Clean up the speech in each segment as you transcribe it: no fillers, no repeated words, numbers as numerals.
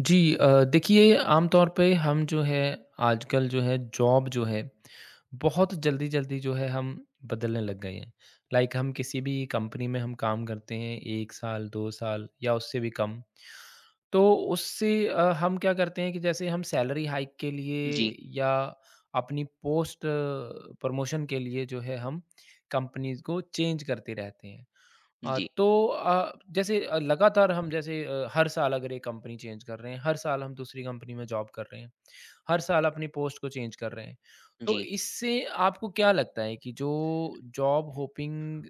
जी। देखिए आमतौर पे हम जो है आजकल जो है जॉब जो है बहुत जल्दी-जल्दी जो है हम बदलने लग गए हैं। लाइक हम किसी भी कंपनी में हम काम करते हैं 1 साल, 2 साल या उससे भी कम। तो उससे हम क्या करते हैं कि जैसे हम सैलरी हाइक के जी, लिए या अपनी पोस्ट प्रमोशन के लिए जो है हम कंपनीज़ को चेंज करते रहते हैं। हाँ, जी, तो जैसे लगातार हम जैसे हर साल अगर एक कंपनी चेंज कर रहे हैं, हर साल हम दूसरी कंपनी में जॉब कर रहे हैं, हर साल अपनी पोस्ट को चेंज कर रहे हैं, तो जी, इससे आपको क्या लगता है कि जो जॉब होपिंग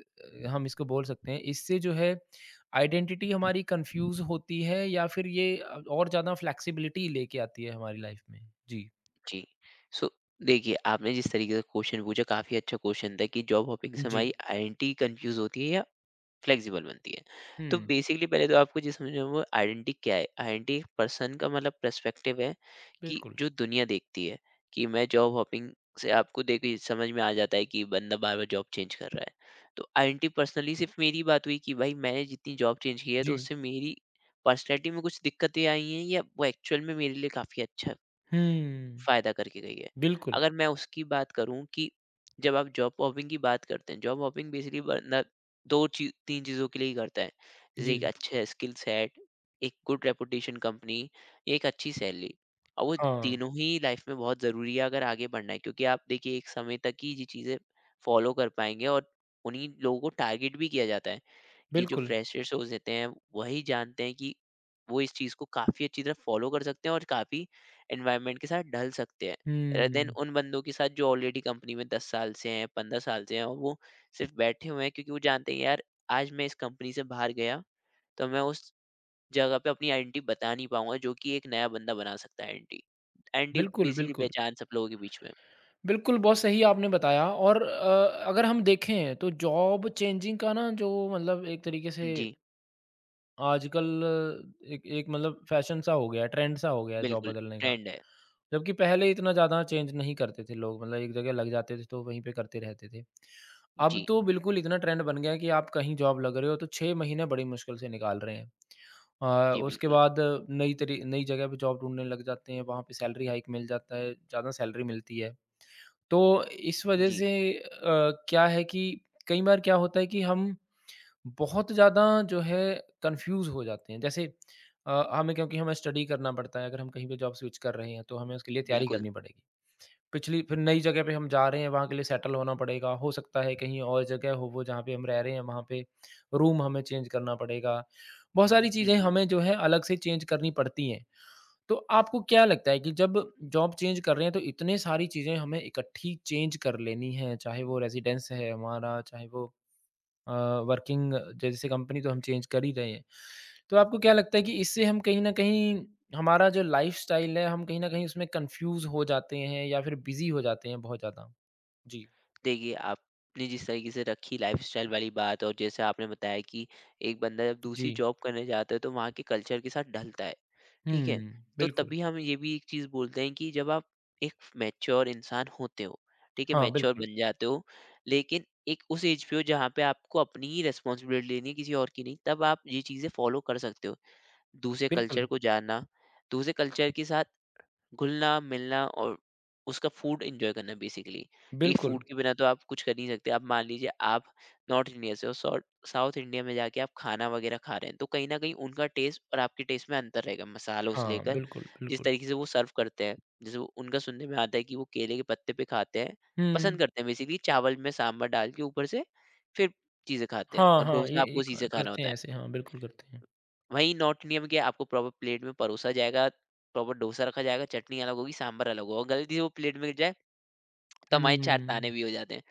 हम इसको बोल सकते हैं, इससे जो है आइडेंटिटी हमारी कन्फ्यूज़ होती है या फिर ये और ज़्यादा फ्लेक्सिबिलिटी लेके आती है हमारी लाइफ में? जी। जी। सो देखिए, आपने जिस तरीके से क्वेश्चन पूछा, काफ़ी अच्छा क्वेश्चन था कि जॉब हॉपिंग से जी। हमारी आइडेंटिटी कन्फ्यूज़ होती है या फ्लेक्सिबल बनती है। तो हुँ, बेसिकली पहले तो आपको ये समझना होगा आइडेंटिटी क्या है? आइडेंटिटी एक पर्सन का मतलब पर्सपेक्टिव है कि बिल्कुल। जो दुनिया देखती है, कि मैं जॉब हॉपिंग से आपको देखिए समझ में आ जाता है कि बंदा बार-बार जॉब चेंज कर रहा है। तो आइडेंटिटी पर्सनली सिर्फ़ मेरी बात हुई कि भाई मैंने जितनी जॉब चेंज की है तो जी। उससे मेरी पर्सनैलिटी में कुछ दिक्कतें आई हैं या वो एक्चुअल में मेरे लिए काफ़ी अच्छा हुँ, फ़ायदा करके गई है। बिल्कुल। अगर मैं उसकी बात करूँ कि जब आप जॉब हॉपिंग की बात करते हैं, जॉब हॉपिंग बेसिकली बंदा 2 चीज़, 3 चीज़ों के लिए ही करता है। जैसे जी। एक अच्छे स्किल सेट, एक गुड रेपुटेशन कंपनी, एक अच्छी सैलरी और वो हाँ, तीनों ही लाइफ़ में बहुत ज़रूरी है अगर आगे बढ़ना है, क्योंकि आप देखिए एक समय तक ही ये चीज़ें फ़ॉलो कर पाएँगे और उन्हीं लोगों को टारगेट भी किया जाता है। कि जो बिल्कुल। फ्रेशर्स होते देते हैं वही जानते हैं कि वो इस चीज़ को काफ़ी अच्छी तरह फॉलो कर सकते हैं और काफ़ी एनवायरनमेंट के साथ ढल सकते हैं rather than हुँ। उन बंदों के साथ जो ऑलरेडी कंपनी में 10 साल से हैं, 15 साल से हैं और वो सिर्फ बैठे हुए हैं, क्योंकि वो जानते हैं यार आज मैं इस कंपनी से बाहर गया तो मैं उस जगह पे अपनी आइडेंटिटी बता नहीं पाऊंगा, जो कि एक नया बंदा बना सकता है। आइडेंटिटी आइडेंटिटी बिल्कुल, बेसिकली बिल्कुल। पहचान सब लोगों के बीच में। बिल्कुल, बहुत सही आपने बताया और अगर हम देखें तो जॉब चेंजिंग का ना जो मतलब एक तरीके से जी आजकल एक एक मतलब फैशन सा हो गया है, ट्रेंड सा हो गया है जॉब बिल्कुल बदलने का। ट्रेंड है। जबकि पहले इतना ज़्यादा चेंज नहीं करते थे लोग, मतलब एक जगह लग जाते थे तो वहीं पे करते रहते थे। जी। अब तो बिल्कुल इतना ट्रेंड बन गया है कि आप कहीं जॉब लग रहे हो तो 6 महीने बड़ी मुश्किल से निकाल रहे हैं। जी उसके बिल्कुल। बाद नई जगह पे जॉब ढूँढने लग जाते हैं, वहाँ पे सैलरी हाइक मिल जाता है, ज़्यादा सैलरी मिलती है। तो इस वजह जी से क्या है कि कई बार क्या होता है कि हम बहुत ज़्यादा जो है कन्फ्यूज़ हो जाते हैं। जैसे हमें क्योंकि हमें स्टडी करना पड़ता है, अगर हम कहीं पे जॉब स्विच कर रहे हैं, तो हमें उसके लिए तैयारी बिल्कुल। करनी पड़ेगी। पिछली फिर नई जगह पे हम जा रहे हैं, वहाँ के लिए सेटल होना पड़ेगा। हो सकता है कहीं और जगह हो वो जहाँ पे हम रह रहे हैं, वहाँ पे रूम हमें चेंज करना पड़ेगा। बहुत सारी चीज़ें जी हमें जो है अलग से चेंज करनी पड़ती हैं। तो आपको क्या लगता है कि जब जॉब चेंज कर रहे हैं तो इतने सारी चीज़ें हमें इकट्ठी चेंज कर लेनी है, चाहे वो रेज़िडेंस है हमारा, चाहे वो अ, वर्किंग जैसे कंपनी तो हम चेंज कर ही रहे हैं। तो आपको क्या लगता है कि इससे हम कहीं न कहीं हमारा जो लाइफ़स्टाइल है हम कहीं न कहीं उसमें कन्फ्यूज़ हो जाते हैं या फिर बिज़ी हो जाते हैं बहुत ज़्यादा? जी। देखिए, आपने जिस तरीके से रखी लाइफस्टाइल वाली बात और जैसे आपने बताया कि एक बंदा जब दूसरी जी। जॉब करने जाता है तो वहाँ के कल्चर के साथ ढलता है। ठीक है, हुँ, तो बिल्कुल। तभी हम ये भी एक चीज़ बोलते हैं कि जब आप एक मैच्योर इंसान होते हो, ठीक है हाँ, मैच्योर बिल्कुल। बन जाते हो, लेकिन एक उस एज पे हो जहाँ पे आपको अपनी ही रिस्पॉन्सिबिलिटी लेनी है, किसी और की नहीं, तब आप ये चीज़ें फॉलो कर सकते हो। दूसरे बिल्कुल, कल्चर को जानना, दूसरे कल्चर के साथ घुलना-मिलना और उसका फूड एन्जॉय करना बेसिकली, कि बिल्कुल। फूड के बिना तो आप कुछ कर नहीं सकते। अब मान लीजिए आप नॉर्थ इंडिया से हो, सॉर्ट साउथ इंडिया में जाके आप खाना वगैरह खा रहे हैं, तो कहीं न कहीं उनका टेस्ट और आपके टेस्ट में अंतर रहेगा, मसालों से हाँ, लेकर बिल्कुल, जिस बिल्कुल। तरीके से वो सर्व करते हैं। जैसे वो उनका सुनने में आता है कि वो केले के पत्ते पे खाते हैं, पसंद हुँ। करते हैं बेसिकली चावल में सांभर डाल के ऊपर से, फिर चीज़ें खाते हैं हाँ, और हाँ, ये डोसा आपको ये उसी से क खाना करते होता हैं है। ऐसे। हाँ, बिल्कुल करते हैं। वहीं नॉर्थ इंडिया में क्या है, आपको प्रॉपर प्लेट में परोसा जाएगा, प्रॉपर डोसा रखा जाएगा, चटनी अलग होगी, सांभर अलग होगा और गलती से वो प्लेट में गिर जाए, तो हुँ, हमारे 4 ताने भी हो जाते हैं।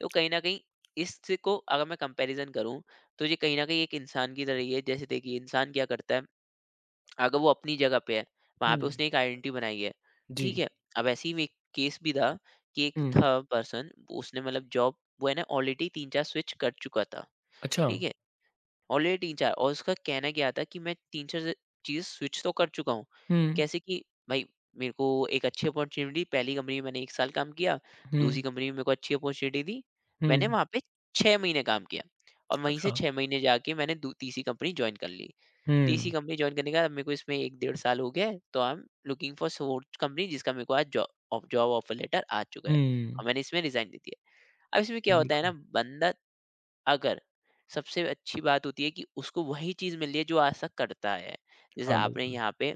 तो कहीं न कहीं इसको अगर मैं कंपैरिज़न करूँ, तो ये कहीं न कहीं एक इंसान की तरह ही है। जैसे देखिए इंसान क्या करता है, अगर वो अपनी जगह पे है, वहाँ हुँ, पे उसने एक आइडेंटिटी बनाई है, ठीक जी, है? अब ऐसे ही में एक केस भी था कि एक हुँ, था पर्सन, उसने मतलब जॉब वो है ना ऑलरेडी 3-4 स्विच कर चुका था, अच्छा, ठीक है? ऑलरेडी 3-4 और उसका कहना क्या था कि मैं 3-4 चीज़ स्विच तो कर चुका हूँ। हुँ, कैसे कि भाई मेरे को एक अच्छी अपॉर्च्युनिटी पहली कंपनी में मैंने 1 साल काम किया, हुँ, दूसरी कंपनी में मेरे को अच्छी अपॉर्च्युनिटी दी। मैंने हुँ, वहाँ पे 6 महीने काम किया और वहीं से अच्छा, 6 महीने जाके मैंने दू तीसरी कंपनी जॉइन कर ली। तीसरी हुँ, कंपनी जॉइन करने के बाद अब मेरे को इसमें 1 डेढ़ साल हो गया है, तो I am looking for fourth company, जिसका मेरे को आज job off job offer letter आ चुका है और हुँ, मैंने इसमें रिज़ाइन दे दिया। अब इसमें क्या होता है ना, बिल्कुल, बंदा अगर सबसे अच्छी बात होती है कि उसको वही चीज़ मिल रही है जो आज तक करता आया है। जैसे हाँ, आपने यहाँ पे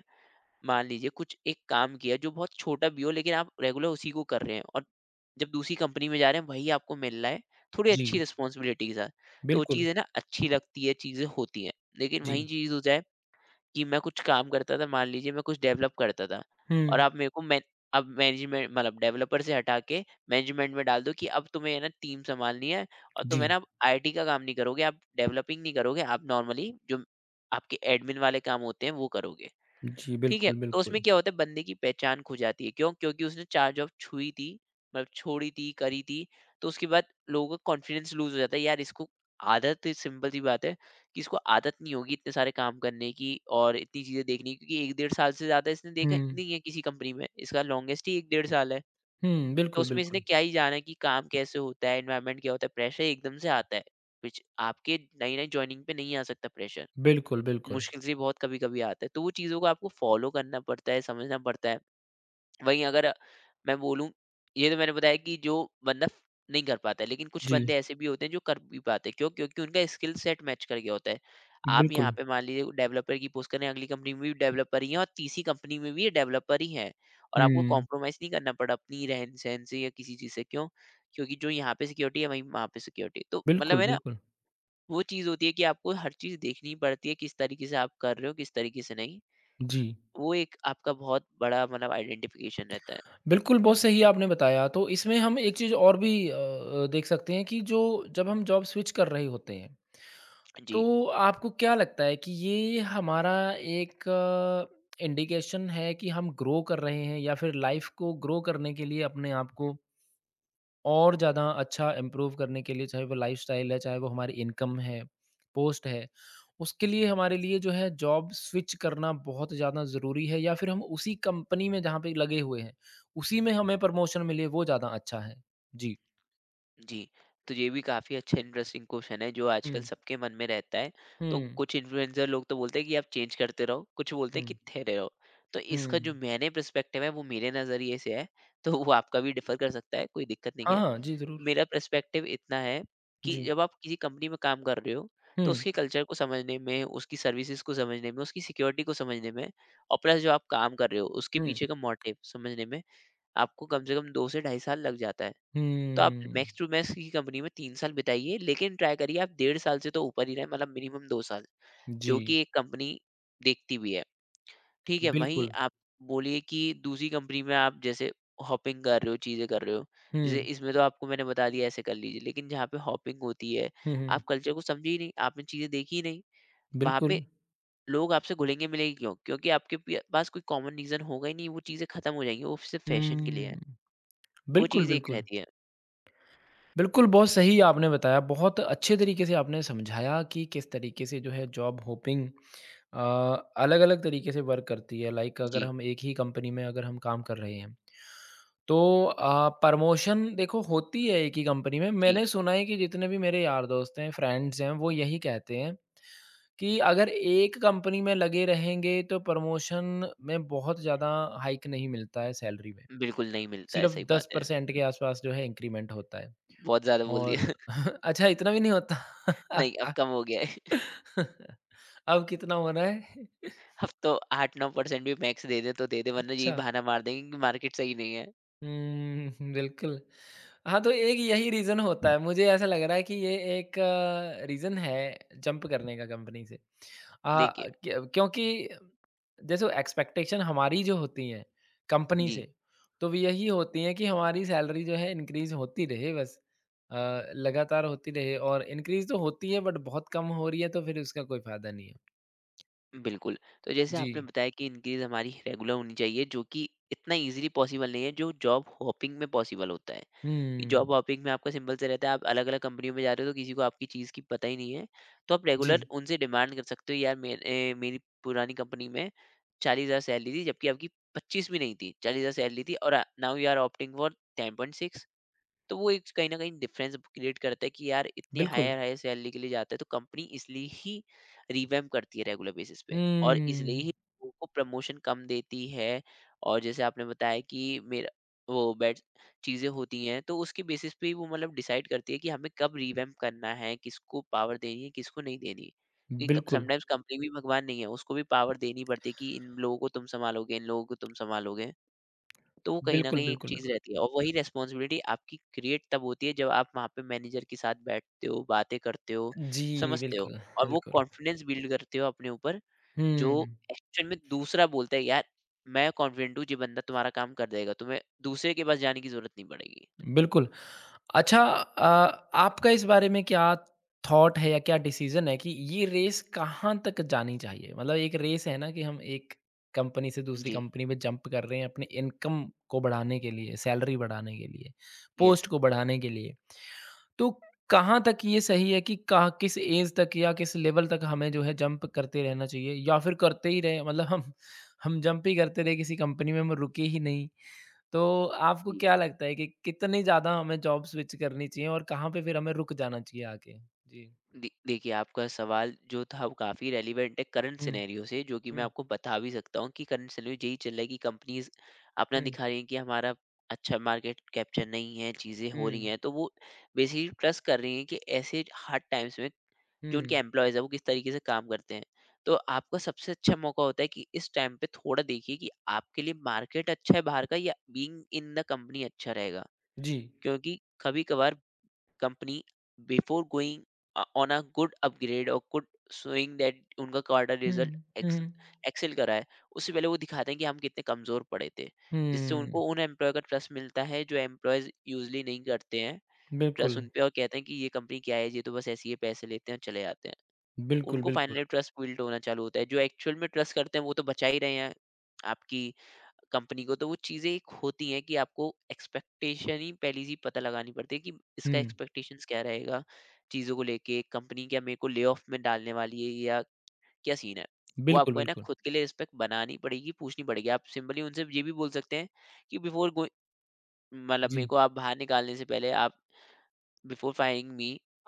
मान लीजिए कुछ एक काम किया जो बहुत छोटा भी हो, लेकिन आप रेगुलर उसी को कर रहे हैं और जब दूसरी कंपनी में जा रहे हैं, वही आपको मिल रहा है थोड़ी अच्छी जी, रिस्पॉन्सिबिलिटी के साथ। तो वो बिल्कुल, चीज़ है ना अच्छी लगती है, चीज़ें होती हैं। लेकिन वही जी, चीज़ हो जाए कि मैं कुछ काम करता था, मान लीजिए मैं कुछ डेवलप करता था और हुँ, आप मेरे को, मैं अब मैनेजमेंट, मतलब डेवलपर से हटा के मैनेजमेंट में डाल दो कि अब तुम्हें है ना टीम संभालनी है और तुम जी, है ना अब आईटी का काम नहीं करोगे, आप डेवलपिंग नहीं करोगे, आप नॉर्मली जो आपके एडमिन वाले काम होते हैं वो करोगे। जी, ठीक है? बिल्कुल, तो उसमें बिल्कुल, क्या होता है बंदे की पहचान खो जाती है, क्यों? क्योंकि उसने 4 जॉब छुई थी, मतलब छोड़ी थी, करी थी, तो उसके बाद लोगों का कॉन्फिडेंस लूज़ हो जाता है, यार इसको आदत, सिंपल सी बात है कि इसको आदत नहीं होगी इतने सारे काम करने की और इतनी चीज़ें देखने की, क्योंकि 1 डेढ़ साल से ज़्यादा इसने देखा हुँ, नहीं है किसी कंपनी में, इसका लॉन्गेस्ट ही 1 डेढ़ साल है। हुँ, तो बिल्कुल, उसमें इसने बिल्कुल, क्या ही जाना कि काम कैसे होता है, एनवायरनमेंट क्या होता है, प्रेशर एकदम से आता है, which आपके नई-नई जॉइनिंग पे नहीं आ सकता प्रेशर। बिल्कुल, बिल्कुल, मुश्किल से बहुत कभी-कभी आता है। तो वो चीज़ों को आपको फ़ॉलो करना पड़ता है, समझना पड़ता है। वहीं अगर मैं बोलूँ, ये तो मैंने बताया कि जो बंदा नहीं कर पाता है, लेकिन कुछ जी, बंदे ऐसे भी होते हैं जो कर भी पाते हैं। क्यों? क्योंकि उनका स्किल सेट मैच कर गया होता है। आप यहाँ बिल्कुल, पे मान लीजिए डेवलपर की पोस्ट कर रहे हैं, अगली कंपनी में भी डेवलपर ही हैं और तीसरी कंपनी में भी ये डेवलपर ही हैं और आपको हुँ, कॉम्प्रोमाइज़ नहीं करना पड़ा अपनी रहन-सहन से या किसी चीज़ से। क्यों? क्योंकि जो यहाँ पे सिक्योरिटी है, वहीं वहाँ पे सिक्योरिटी है। तो मतलब बिल्कुल, है ना बिल्कुल, वो चीज़ होती है कि आपको हर चीज़ देखनी पड़ती है, किस तरीके से आप कर रहे हो, किस तरीके से नहीं। जी, वो एक आपका बहुत बड़ा मतलब आइडेंटिफ़िकेशन रहता है। बिल्कुल, बहुत सही आपने बताया, तो इसमें हम एक चीज़ और भी देख सकते हैं कि जो जब हम जॉब स्विच कर रहे होते हैं तो जी, आपको क्या लगता है कि ये हमारा एक इंडिकेशन है कि हम ग्रो कर रहे हैं या फिर लाइफ को ग्रो करने के लिए अपने आप को और ज़्यादा अच्छा इम्प्रूव करने के लिए चाहे वो लाइफस्टाइल है, चाहे वो हमारी इनकम है, पोस्ट है, उसके लिए हमारे लिए जो है जॉब स्विच करना बहुत ज़्यादा ज़रूरी है या फिर हम उसी कंपनी में जहाँ पे लगे हुए हैं, उसी में हमें प्रमोशन मिले वो ज़्यादा अच्छा है? जी। जी। तो ये भी काफ़ी अच्छा इंटरेस्टिंग क्वेश्चन है जो हुँ। आजकल सबके मन में रहता है। तो हुँ, कुछ इन्फ्लुएंसर लोग तो बोलते हैं कि आप चेंज करते रहो, कुछ बोलते हुँ, हैं कि ठहरे रहो। तो इसका जो हुँ। मैंने पर्सपेक्टिव है वो मेरे नज़रिए से है, तो वो आपका भी डिफ़र कर सकता है, कोई दिक्कत नहीं हाँ, है। हाँ। जी, ज़रूर। मेरा पर्सपेक्टिव इतना है कि जी। जब आप किसी कंपनी में काम कर रहे हो तो हुँ, उसके कल्चर को समझने में, उसकी सर्विसेज को समझने में, उसकी सिक्योरिटी को समझने में और प्लस जो आप काम कर रहे हो उसके हुँ। पीछे का मोटिव समझने में आपको कम से कम 2 से 2.5 साल लग जाता है। तो आप हुँ। मैक्स टू मैक्स की कंपनी में 3 साल बिताइए, लेकिन ट्राई करिए आप 1.5 साल से तो ऊपर ही रहे, मतलब मिनिमम 2 साल, जी, जो कि एक कंपनी देखती भी है। ठीक है, वहीं बिल्कुल। आप बोलिए कि दूसरी कंपनी में आप जैसे हॉपिंग कर रहे हो, चीज़ें कर रहे हो। जैसे हुँ। इसमें तो आपको मैंने बता दिया ऐसे कर लीजिए, लेकिन जहाँ पे हॉपिंग होती है, हुँ, आप हुँ। कल्चर को समझे ही नहीं, आपने चीज़ें देखी ही नहीं। वहाँ बिल्कुल। पे लोग आपसे घुलेंगे मिलेंगे क्यों? क्योंकि आपके पि पास कोई कॉमन रीज़न होगा ही नहीं, वो चीज़ें खत्म हो जाएँगी, वो सिर्फ़ फैशन के लिए है। हुँ। वो बिल्कुल, चीज़ एक बिल्कुल। रहती है। बिल्कुल, बहुत सही आपने बताया, बहुत अच्छे तरीके से आपने समझाया कि किस तरीके से जो है जॉब होपिंग अ, अलग-अलग तरीके से वर्क करती है। लाइक अगर जी, हम एक ही कंपनी में अगर हम काम कर रहे हैं, तो प्रमोशन देखो होती है एक ही कंपनी में। जी, मैंने सुना है कि जितने भी मेरे यार दोस्त हैं, फ्रेंड्स हैं, वो यही कहते हैं कि अगर एक कंपनी में लगे रहेंगे तो प्रमोशन में बहुत ज़्यादा हाइक नहीं मिलता है सैलरी में। बिल्कुल नहीं मिलता है, सिर्फ़ सही बात है। 10% के आस-पास जो है इंक्रीमेंट होता है बहुत ज़्यादा बोल दिया। और अच्छा इतना भी नहीं होता? नहीं, अब कम हो गया है। अब कितना हो रहा है? अब तो 8-9% भी मैक्स दे दें तो दे दें, वरना यही अच्छा। बहाना मार देंगे कि मार्केट सही नहीं है। हुँ, बिल्कुल। हाँ, तो एक यही रीज़न होता है। मुझे ऐसा लग रहा है कि ये एक रीज़न है जंप करने का कंपनी से। आ, देखिए। क्योंकि जैसे एक्सपेक्टेशन हमारी जो होती हैं कंपनी से, जी, तो वो यही होती है कि हमारी सैलरी जो है इंक्रीज़ होती रहे बस। अ, लगातार होती रहे और इंक्रीज़ तो होती है बट बहुत कम हो रही है तो फिर उसका कोई फ़ायदा नहीं है। बिल्कुल। तो जैसे जी। आपने बताया कि इंक्रीज़ हमारी रेगुलर होनी चाहिए जो कि इतना ईज़िली पॉसिबल नहीं है जो जॉब हॉपिंग में पॉसिबल होता है। कि हुँ। जॉब हॉपिंग में आपका सिंपल सा रहता है, आप अलग-अलग कंपनियों में जा रहे हो तो किसी को आपकी चीज़ की पता ही नहीं है। तो आप जी। रेगुलर उनसे डिमांड कर सकते हो यार मेरे मेरी पुरानी कंपनी में 40,000 सैलरी थी जबकि आपकी 25 भी नहीं थी। 40,000 सैलरी थी और now you are opting for 10.6। तो वो एक कहीं न कहीं डिफरेंस क्रिएट करता है कि यार इतनी बिल्कुल। हायर हायर सैलरी के लिए जाता है तो कंपनी इसलिए ही रिवैम्प करती है रेगुलर बेसिस पे, और इसलिए ही हुँ। लोगों को प्रमोशन कम देती है। और जैसे आपने बताया कि मेरा वो बैड चीज़ें होती हैं तो उसके बेसिस पे ही वो मतलब डिसाइड करती है कि हमें कब रिवैम्प करना है, किसको पावर देनी है, किसको नहीं देनी। कि क बिल्कुल। समटाइम्स कंपनी भी भगवान नहीं है, उसको भी पावर देनी पड़ती है कि इन लोगों को तुम सँभालोगे, इन लोगों को तुम सँभालोगे। तो वो कहीं न बिल्कुल, कहीं एक बिल्कुल, चीज़ बिल्कुल। रहती है और वही रिस्पॉन्सिबिलिटी आपकी क्रिएट तब होती है जब आप वहाँ पे मैनेजर के साथ बैठते हो, बातें करते हो, जी, समझते हो बिल्कुल, और वो बिल्कुल। कॉन्फिडेंस बिल्ड करते हो अपने ऊपर, जो हुँ, एक्चुअल में दूसरा बोलता है यार मैं कॉन्फिडेंट हूँ, ये बंदा तुम्हारा काम कर देगा, तुम्हें दूसरे के पास जाने की ज़रूरत नहीं पड़ेगी। बिल्कुल। अच्छा, आपका इस बारे में क्या थॉट है या क्या डिसीजन है कि ये रेस कहाँ तक जानी चाहिए? मतलब एक रेस है ना कि हम एक कंपनी से दूसरी जी, कंपनी में जंप कर रहे हैं अपनी इनकम को बढ़ाने के लिए, सैलरी बढ़ाने के लिए, यस। पोस्ट को बढ़ाने के लिए। तो कहाँ तक ये सही है कि कहाँ किस ऐज तक या किस लेवल तक हमें जो है जंप करते रहना चाहिए या फिर करते ही रहें मतलब हम जंप ही करते रहे किसी कंपनी में हम रुके ही नहीं। तो आपको क्या लगता है कि कितनी ज़्यादा हमें जॉब स्विच करनी चाहिए और कहाँ पे फिर हमें रुक जाना चाहिए आके? जी। देखिए, आपका सवाल जो था वो काफ़ी रेलिवेंट है करंट हुँ, सिनेरियो से, जो कि मैं हुँ, आपको बता भी सकता हूँ कि करंट सिनेरियो यही चल रहा है कि कंपनीज अपना हुँ, दिखा रही हैं कि हमारा अच्छा मार्केट कैप्चर नहीं है, चीज़ें हो रही हुँ, हैं, तो वो बेसिकली ट्रस्ट कर रही हैं कि ऐसे हार्ड टाइम्स में जो उनके हुँ। एम्प्लॉयज़ है वो किस तरीके से काम करते हैं। तो आपका सबसे अच्छा मौका होता है कि इस टाइम पे थोड़ा देखिए कि आपके लिए मार्केट अच्छा है बाहर का, या बीइंग इन द कंपनी अच्छा रहेगा, जी। क्योंकि कभी कभार company before going on a good upgrade और good showing that उनका क्वार्टर हुँ, रिजल्ट हुँ, एक्सेल करा है, उससे पहले वो दिखाते हैं कि हम कितने कमजोर पड़े थे, जिससे हुँ, उनको उन एम्प्लॉय का ट्रस्ट मिलता है जो एम्प्लॉयज यूजली नहीं करते हैं ट्रस्ट बिल्कुल, उन पे, और कहते हैं कि ये कंपनी क्या है, ये तो बस ऐसी है, पैसे लेते हैं और चले जाते हैं, बिल्कुल, उनको बिल्कुल। फाइनली ट्रस्ट बिल्ड होना चालू होता है। जो एक्चुअल में ट्रस्ट करते हैं वो तो बचा ही रहे हैं आपकी कंपनी को। तो वो चीज़ें एक होती हैं कि आपको एक्सपेक्टेशन ही पहली चीज़ पता लगानी पड़ती है कि इसका हुँ, एक्सपेक्टेशंस क्या रहेगा चीज़ों को लेके। कंपनी क्या मेरे को ले-ऑफ में डालने वाली है या क्या सीन है? वो बिल्कुल, आपको है ना बिल्कुल। खुद के लिए रिस्पेक्ट बनानी पड़ेगी, पूछनी पड़ेगी। आप सिंपली उनसे ये भी बोल सकते हैं कि बिफोर गोइ मतलब मेरे जी, को आप बाहर निकालने से पहले आप, बिफोर फायरिंग मी,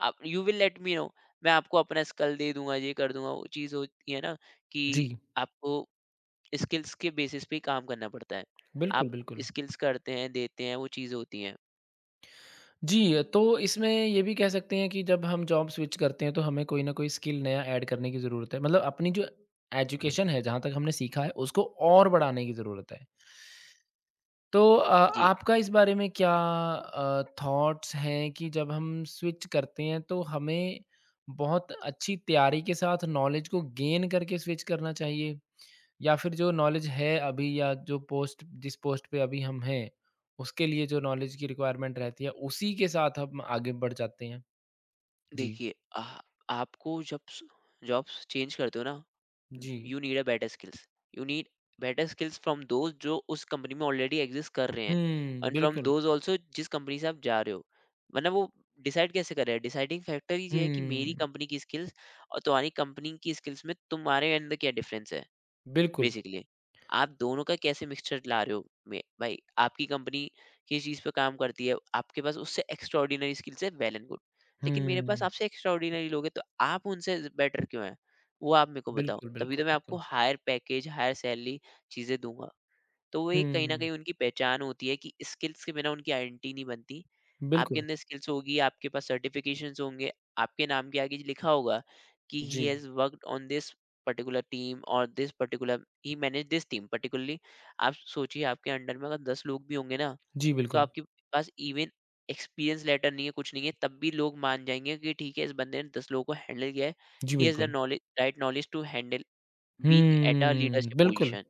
आप you will let me know, मैं आपको अपना स्किल दे दूंगा, ये कर दूंगा। वो चीज होती है ना कि जी, आपको स्किल्स के बेसिस पे ही काम करना पड़ता है। बिल्कुल, आप बिल्कुल। स्किल्स करते हैं, देते हैं, वो चीज होती है। जी, तो इसमें ये भी कह सकते हैं कि जब हम जॉब स्विच करते हैं तो हमें कोई ना कोई स्किल नया ऐड करने की ज़रूरत है। मतलब अपनी जो एजुकेशन है, जहाँ तक हमने सीखा है उसको और बढ़ाने की ज़रूरत है। तो जी। आपका इस बारे में क्या थॉट्स हैं कि जब हम स्विच करते हैं तो हमें बहुत अच्छी तैयारी के साथ नॉलेज को गेन करके स्विच करना चाहिए? या फिर जो नॉलेज है अभी या जो पोस्ट जिस पोस्ट पे अभी हम हैं, उसके लिए जो नॉलेज की रिक्वायरमेंट रहती है उसी के साथ हम आगे बढ़ जाते हैं? जी। देखिए आपको जब जॉब्स चेंज करते हो ना, जी। You need a better skills, you need better skills from those जो उस कंपनी में ऑलरेडी एग्जिस्ट कर रहे हैं, हुँ, एंड फ्रॉम बिल्कुल। दोज ऑल्सो जिस कंपनी से आप जा रहे हो। वरना वो डिसाइड कैसे कर रहे हैं, डिसाइडिंग फैक्टर ही ये है कि मेरी हुँ, कंपनी की स्किल्स और तुम्हारी कंपनी की स्किल्स में तुम्हारे अंदर क्या डिफरेंस है, बिल्कुल। बेसिकली आप दोनों का कैसे मिक्सचर ला रहे हो। भाई आपकी कंपनी किस चीज़ पे काम करती है, आपके पास उससे एक्स्ट्राऑर्डिनरी स्किल्स है, वेल एंड गुड, लेकिन मेरे पास हुँ, आपसे एक्स्ट्राऑर्डिनरी लोग हैं तो आप उनसे बेटर क्यों हैं, वो आप मेरे को बताओ, बिल्कुल, तभी बिल्कुल, तो मैं आपको बिल्कुल। हायर पैकेज, हायर सैलरी, चीज़ें दूंगा। तो वो एक कहीं न हुँ, कहीं उनकी पहचान होती है कि स्किल्स के बिना उनकी आइडेंटिटी नहीं बनती। आपके बिल्कुल। अंदर स्किल्स होगी, आपके पास सर्टिफ़िकेशंस होंगे, आपके नाम के आगे लिखा होगा कि जी। He has worked on this particular team और this particular he manage this team particularly. आप सोचिए आपके अंडर में अगर 10 लोग भी होंगे ना, जी, तो बिल्कुल। आपके पास इवन एक्सपीरियंस लेटर नहीं है, कुछ नहीं है, तब भी लोग मान जाएँगे कि ठीक है, इस बंदे ने 10 लोगों को हैंडल किया है। जी, ही हैज़ द बिल्कुल। Knowledge, right knowledge to handle, being at a uh, leadership बिल्कुल। Position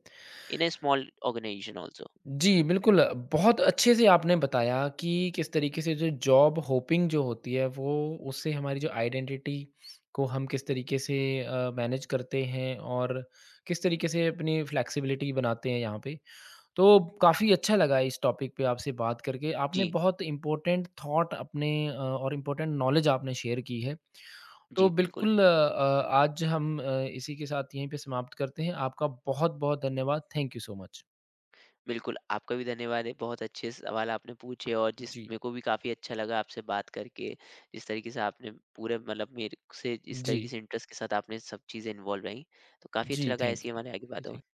in a small organization also. जी, बिल्कुल, बहुत अच्छे से आपने बताया कि किस तरीके से जो जॉब होपिंग जो होती है वो उससे हमारी जो आइडेंटिटी को हम किस तरीके से मैनेज करते हैं और किस तरीके से अपनी फ्लेक्सिबिलिटी बनाते हैं यहाँ पे। तो काफ़ी अच्छा लगा इस टॉपिक पे आपसे बात करके। आपने जी, बहुत इम्पोर्टेंट थॉट अपने और इम्पोर्टेंट नॉलेज आपने शेयर की है। तो जी, बिल्कुल। बिल्कुल आज हम इसी के साथ यहीं पे समाप्त करते हैं। आपका बहुत-बहुत धन्यवाद। Thank you so much. बिल्कुल, आपका भी धन्यवाद है। बहुत अच्छे सवाल आपने पूछे, और जिस जी। मेरे को भी काफ़ी अच्छा लगा आपसे बात करके। जिस तरीके से आपने पूरे मतलब मेरे से, जिस जी। तरीके से इंटरेस्ट के साथ आपने सब चीज़ें इन्वॉल्व रहीं, तो काफ़ी अच्छा जी, लगा। थैंक ऐसी यू। हमारी आगे जी, बात हो। थैंक